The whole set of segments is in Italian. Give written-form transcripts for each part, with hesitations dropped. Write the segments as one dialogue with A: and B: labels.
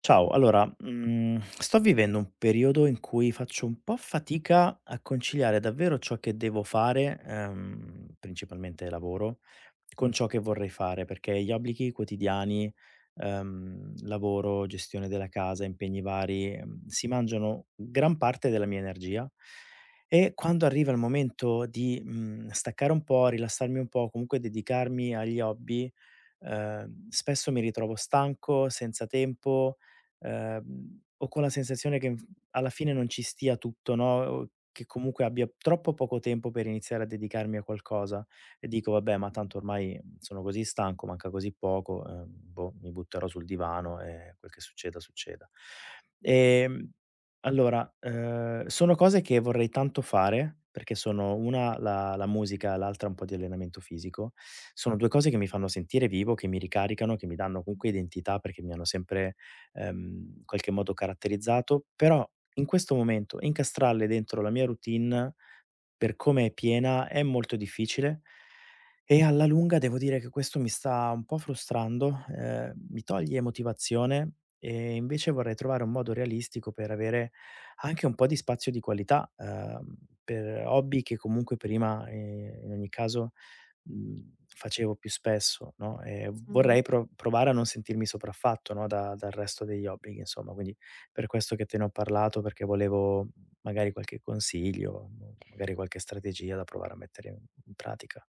A: Ciao, allora, sto vivendo un periodo in cui faccio un po' fatica a conciliare davvero ciò che devo fare, principalmente lavoro, con ciò che vorrei fare, perché gli obblighi quotidiani, lavoro, gestione della casa, impegni vari, si mangiano gran parte della mia energia. E quando arriva il momento di staccare un po', rilassarmi un po', comunque dedicarmi agli hobby, spesso mi ritrovo stanco, senza tempo, o con la sensazione che, alla fine non ci stia tutto, no, o che comunque abbia troppo poco tempo per iniziare a dedicarmi a qualcosa. E dico: "Vabbè, ma tanto ormai sono così stanco, manca così poco, boh, mi butterò sul divano e quel che succeda, succeda". Ehm allora, sono cose che vorrei tanto fare, perché sono una la musica, l'altra un po' di allenamento fisico. Sono 2 cose che mi fanno sentire vivo, che mi ricaricano, che mi danno comunque identità, perché mi hanno sempre, ehm, in qualche modo caratterizzato, però in questo momento incastrarle dentro la mia routine per come è piena è molto difficile, e alla lunga devo dire che questo mi sta un po' frustrando, mi toglie motivazione. E invece vorrei trovare un modo realistico per avere anche un po' di spazio di qualità, per hobby che comunque prima, in ogni caso, facevo più spesso, no, e
B: Mh-mh.
A: vorrei provare a non sentirmi sopraffatto, no, da dal resto degli obblighi insomma. Quindi per questo che te ne ho parlato, perché volevo magari qualche consiglio, m magari qualche strategia da provare a mettere in pratica.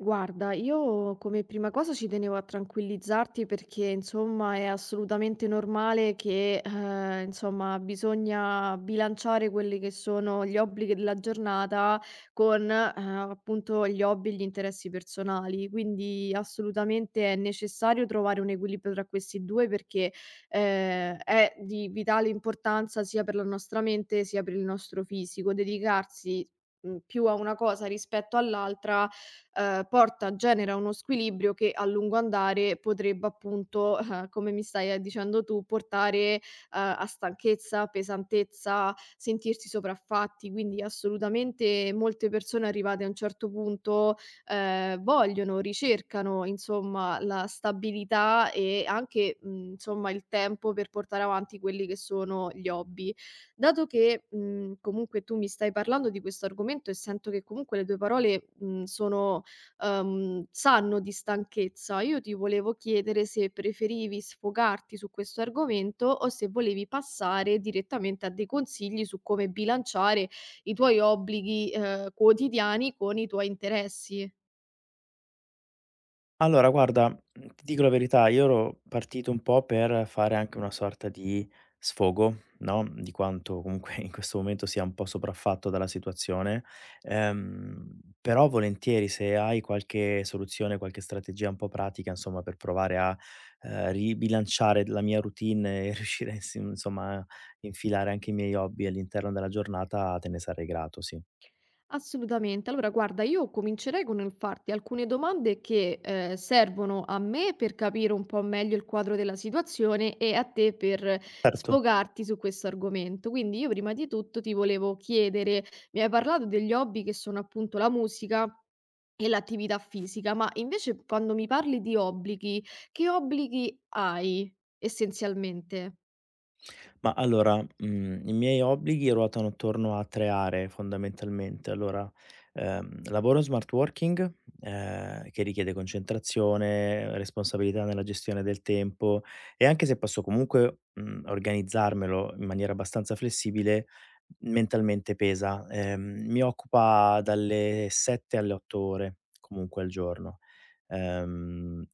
B: Guarda, io come prima cosa ci tenevo a tranquillizzarti perché insomma è assolutamente normale che insomma bisogna bilanciare quelli che sono gli obblighi della giornata con appunto gli hobby e gli interessi personali, quindi assolutamente è necessario trovare un equilibrio tra questi due perché è di vitale importanza sia per la nostra mente sia per il nostro fisico, dedicarsi più a una cosa rispetto all'altra. Porta genera uno squilibrio che a lungo andare potrebbe appunto, come mi stai, dicendo tu, portare, a stanchezza, pesantezza, sentirsi sopraffatti. Quindi assolutamente molte persone arrivate a un certo punto, ricercano insomma la stabilità e anche, mhmm, insomma il tempo per portare avanti quelli che sono gli hobby. Dato che, mhmm, comunque tu mi stai parlando di questo argomento e sento che comunque le tue parole, mhmm, sono sanno di stanchezza. Io ti volevo chiedere se preferivi sfogarti su questo argomento o se volevi passare direttamente a dei consigli su come bilanciare i tuoi obblighi, quotidiani con i tuoi interessi.
A: Allora guarda, ti dico la verità, io ero partito un po' per fare anche una sorta di sfogo, no, di quanto comunque in questo momento sia un po' sopraffatto dalla situazione, però volentieri se hai qualche soluzione, qualche strategia un po' pratica insomma per provare a ribilanciare la mia routine e riuscire insi insomma a infilare anche i miei hobby all'interno della giornata, te ne sarei grato, sì.
B: Assolutamente. Allora guarda, io comincerei con il farti alcune domande che, servono a me per capire un po' meglio il quadro della situazione e a te per
A: Certo.
B: sfogarti su questo argomento. Quindi io prima di tutto ti volevo chiedere: mi hai parlato degli hobby che sono appunto la musica e l'attività fisica, ma invece quando mi parli di obblighi, che obblighi hai essenzialmente?
A: Ma allora, i miei obblighi ruotano attorno a 3 aree fondamentalmente. Allora, lavoro smart working, che richiede concentrazione, responsabilità nella gestione del tempo, e anche se posso comunque organizzarmelo in maniera abbastanza flessibile, mentalmente pesa. Mi occupa dalle 7 alle 8 ore comunque al giorno. Ehm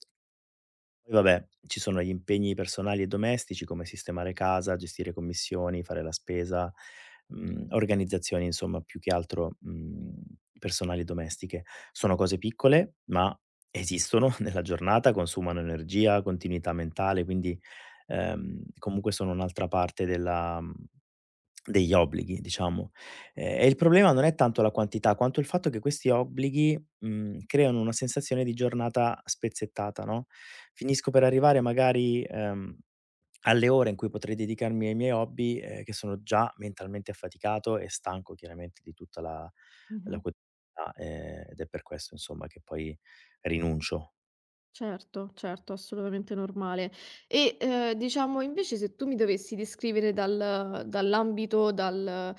A: Poi vabbè, ci sono gli impegni personali e domestici come sistemare casa, gestire commissioni, fare la spesa, organizzazioni insomma, più che altro, personali e domestiche. Sono cose piccole, ma esistono nella giornata, consumano energia, continuità mentale, quindi, comunque sono un'altra parte della mhmm degli obblighi, diciamo. E il problema non è tanto la quantità, quanto il fatto che questi obblighi, creano una sensazione di giornata spezzettata, no. Finisco per arrivare magari, alle ore in cui potrei dedicarmi ai miei hobby, che sono già mentalmente affaticato e stanco chiaramente di tutta la
B: Mh-mh.
A: quotidianità, ed è per questo insomma che poi rinuncio.
B: Certo, certo, assolutamente normale. E, diciamo invece se tu mi dovessi descrivere dall'ambito, dal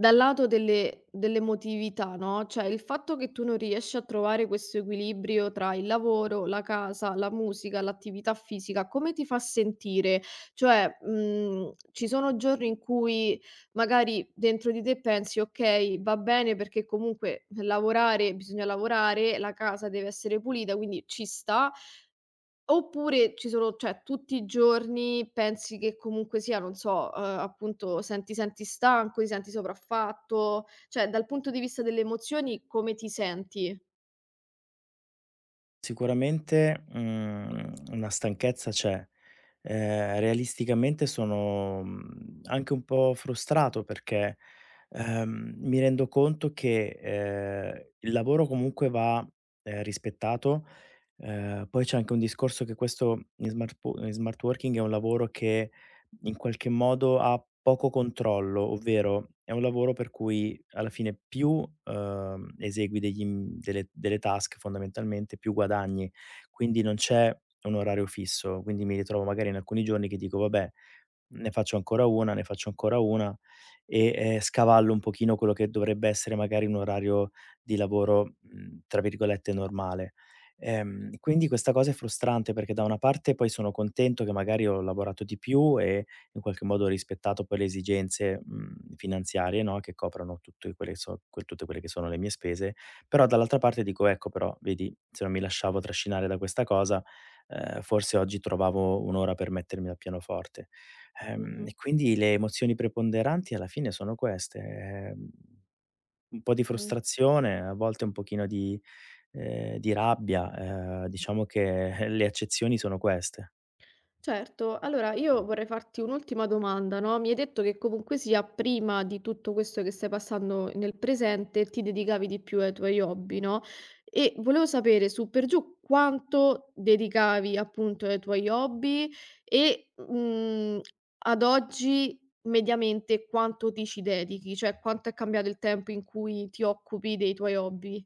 B: dal lato delle dell'emotività, no, cioè il fatto che tu non riesci a trovare questo equilibrio tra il lavoro, la casa, la musica, l'attività fisica, come ti fa sentire? Cioè, mhmm, ci sono giorni in cui magari dentro di te pensi: "Okay, va bene perché comunque lavorare bisogna lavorare, la casa deve essere pulita, quindi ci sta." Oppure ci sono tutti i giorni pensi che comunque sia, non so, appunto senti stanco, ti senti sopraffatto, cioè dal punto di vista delle emozioni come ti senti?
A: Sicuramente, una stanchezza c'è. Realisticamente sono, anche un po' frustrato, perché, mi rendo conto che, il lavoro comunque va, rispettato. Poi c'è anche un discorso, che questo in smart po in smart working è un lavoro che in qualche modo ha poco controllo, ovvero è un lavoro per cui, alla fine, più, esegui degli mhmm, delle delle task, fondamentalmente, più guadagni. Quindi non c'è un orario fisso, quindi mi ritrovo magari in alcuni giorni che dico: "Vabbè, ne faccio ancora una, ne faccio ancora una e, scavallo un pochino quello che dovrebbe essere magari un orario di lavoro, tra virgolette 'normale'". Quindi questa cosa è frustrante, perché da una parte poi sono contento che magari ho lavorato di più e in qualche modo ho rispettato poi le esigenze, finanziarie, no, che coprono tutte quelle che so que tutte quelle che sono le mie spese, però dall'altra parte dico: "Ecco però vedi, se non mi lasciavo trascinare da questa cosa, forse oggi trovavo un'ora per mettermi al pianoforte".
B: Mh-mh.
A: E quindi le emozioni preponderanti alla fine sono queste, un po' di
B: Mh.
A: frustrazione, a volte un pochino di rabbia, diciamo che le accezioni sono queste.
B: Certo, allora io vorrei farti un'ultima domanda, no, mi hai detto che comunque sia prima di tutto questo che stai passando nel presente, ti dedicavi di più ai tuoi hobby, no, e volevo sapere su per giù quanto dedicavi appunto ai tuoi hobby e, mhmm, ad oggi mediamente quanto ti ci dedichi, cioè quanto è cambiato il tempo in cui ti occupi dei tuoi hobby?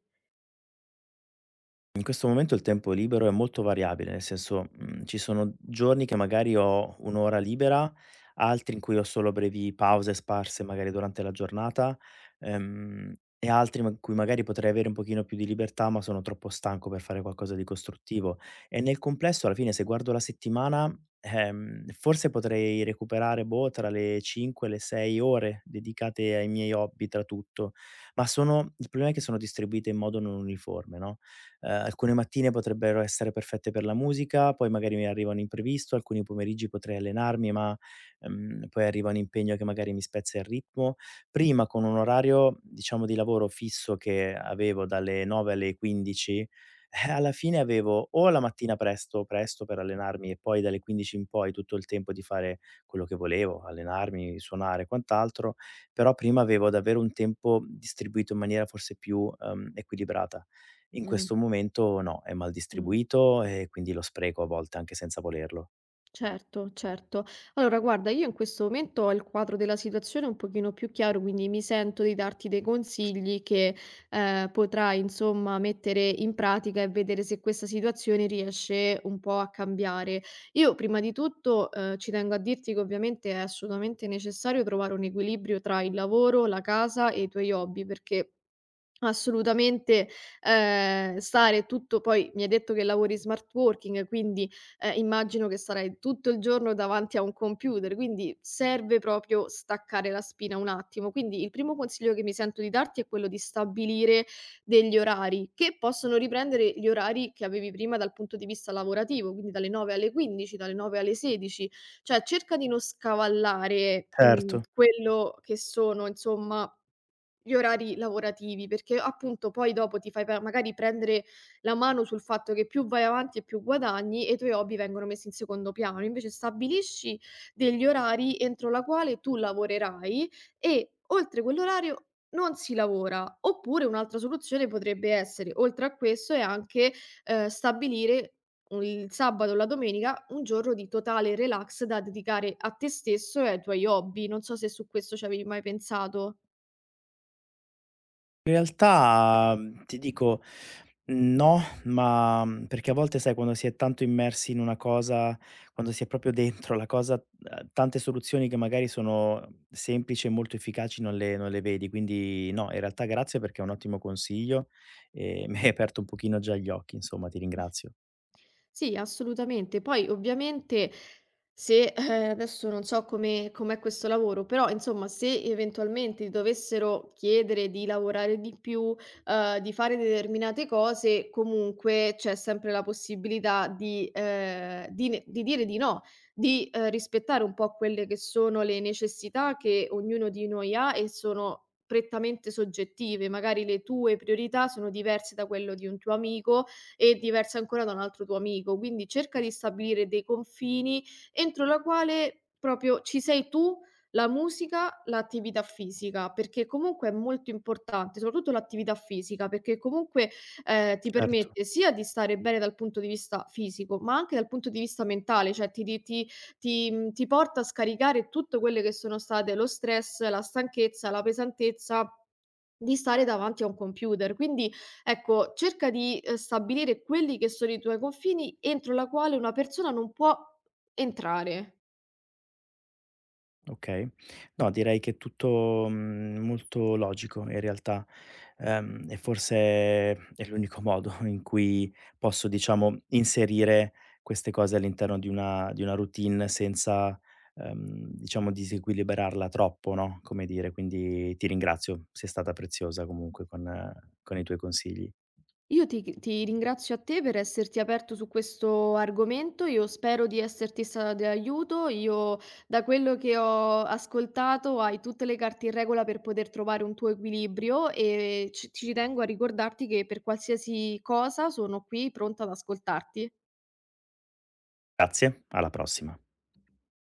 A: In questo momento il tempo libero è molto variabile, nel senso, ci sono giorni che magari ho 1 ora libera, altri in cui ho solo brevi pause sparse magari durante la giornata, e altri ma in cui magari potrei avere un pochino più di libertà, ma sono troppo stanco per fare qualcosa di costruttivo. E nel complesso, alla fine, se guardo la settimana, forse potrei recuperare, boh, tra le 5 e le 6 ore dedicate ai miei hobby tra tutto, ma sono, il problema è che sono distribuite in modo non uniforme, no? Alcune mattine potrebbero essere perfette per la musica, poi magari mi arriva un imprevisto, alcuni pomeriggi potrei allenarmi, ma, poi arriva un impegno che magari mi spezza il ritmo. Prima, con un orario, diciamo, di lavoro fisso che avevo dalle 9 alle 15, alla fine avevo o la mattina presto presto per allenarmi, e poi dalle 15 in poi tutto il tempo di fare quello che volevo, allenarmi, suonare e quant'altro, però prima avevo davvero un tempo distribuito in maniera forse più, equilibrata. In
B: Mh,
A: questo momento no, è mal
B: mh.
A: distribuito, e quindi lo spreco a volte anche senza volerlo.
B: Certo, certo. Allora, guarda, io in questo momento ho il quadro della situazione un pochino più chiaro, quindi mi sento di darti dei consigli che potrai, insomma, mettere in pratica e vedere se questa situazione riesce un po' a cambiare. Io, prima di tutto, ci tengo a dirti che ovviamente è assolutamente necessario trovare un equilibrio tra il lavoro, la casa e i tuoi hobby, perché... Assolutamente, stare tutto, poi mi hai detto che lavori smart working, quindi immagino che sarai tutto il giorno davanti a un computer, quindi serve proprio staccare la spina un attimo. Quindi il primo consiglio che mi sento di darti è quello di stabilire degli orari che possono riprendere gli orari che avevi prima dal punto di vista lavorativo, quindi dalle 9 alle 15, dalle 9 alle 16, cioè cerca di non scavallare, mhmm,
A: Certo.
B: quello che sono, insomma, gli orari lavorativi, perché appunto poi dopo ti fai pe magari prendere la mano sul fatto che più vai avanti e più guadagni e i tuoi hobby vengono messi in secondo piano. Invece stabilisci degli orari entro la quale tu lavorerai e oltre quell'orario non si lavora. Oppure un'altra soluzione potrebbe essere, oltre a questo, è anche, stabilire u il sabato o la domenica un giorno di totale relax da dedicare a te stesso e ai tuoi hobby. Non so se su questo ci avevi mai pensato.
A: In realtà, ti dico no, ma, perché a volte sai, quando si è tanto immersi in una cosa, quando si è proprio dentro la cosa, tante soluzioni che magari sono semplici e molto efficaci non le vedi. Quindi no, in realtà grazie, perché è un ottimo consiglio e mi hai aperto un pochino già gli occhi, insomma, ti ringrazio.
B: Sì, assolutamente. Poi ovviamente se, adesso non so come com'è questo lavoro, però insomma se eventualmente ti dovessero chiedere di lavorare di più, di fare determinate cose, comunque c'è sempre la possibilità di ne di dire di no, di, rispettare un po' quelle che sono le necessità che ognuno di noi ha e sono prettamente soggettive. Magari le tue priorità sono diverse da quello di un tuo amico, e diversa ancora da un altro tuo amico. Quindi cerca di stabilire dei confini entro la quale proprio ci sei tu, la musica, l'attività fisica, perché comunque è molto importante, soprattutto l'attività fisica, perché comunque, ti
A: Certo.
B: permette sia di stare bene dal punto di vista fisico, ma anche dal punto di vista mentale, cioè ti porta a scaricare tutte quelle che sono state lo stress, la stanchezza, la pesantezza di stare davanti a un computer. Quindi ecco, cerca di, stabilire quelli che sono i tuoi confini entro la quale una persona non può entrare.
A: Okay. No, direi che è tutto, molto logico in realtà, e forse è l'unico modo in cui posso, diciamo, inserire queste cose all'interno di una routine senza, diciamo, disequilibrarla troppo, no, come dire. Quindi ti ringrazio, sei stata preziosa comunque con i tuoi consigli.
B: Io ti ringrazio a te per esserti aperto su questo argomento, io spero di esserti stata di aiuto. Io da quello che ho ascoltato hai tutte le carte in regola per poter trovare un tuo equilibrio e ci tengo a ricordarti che per qualsiasi cosa sono qui pronta ad ascoltarti.
A: Grazie, alla prossima.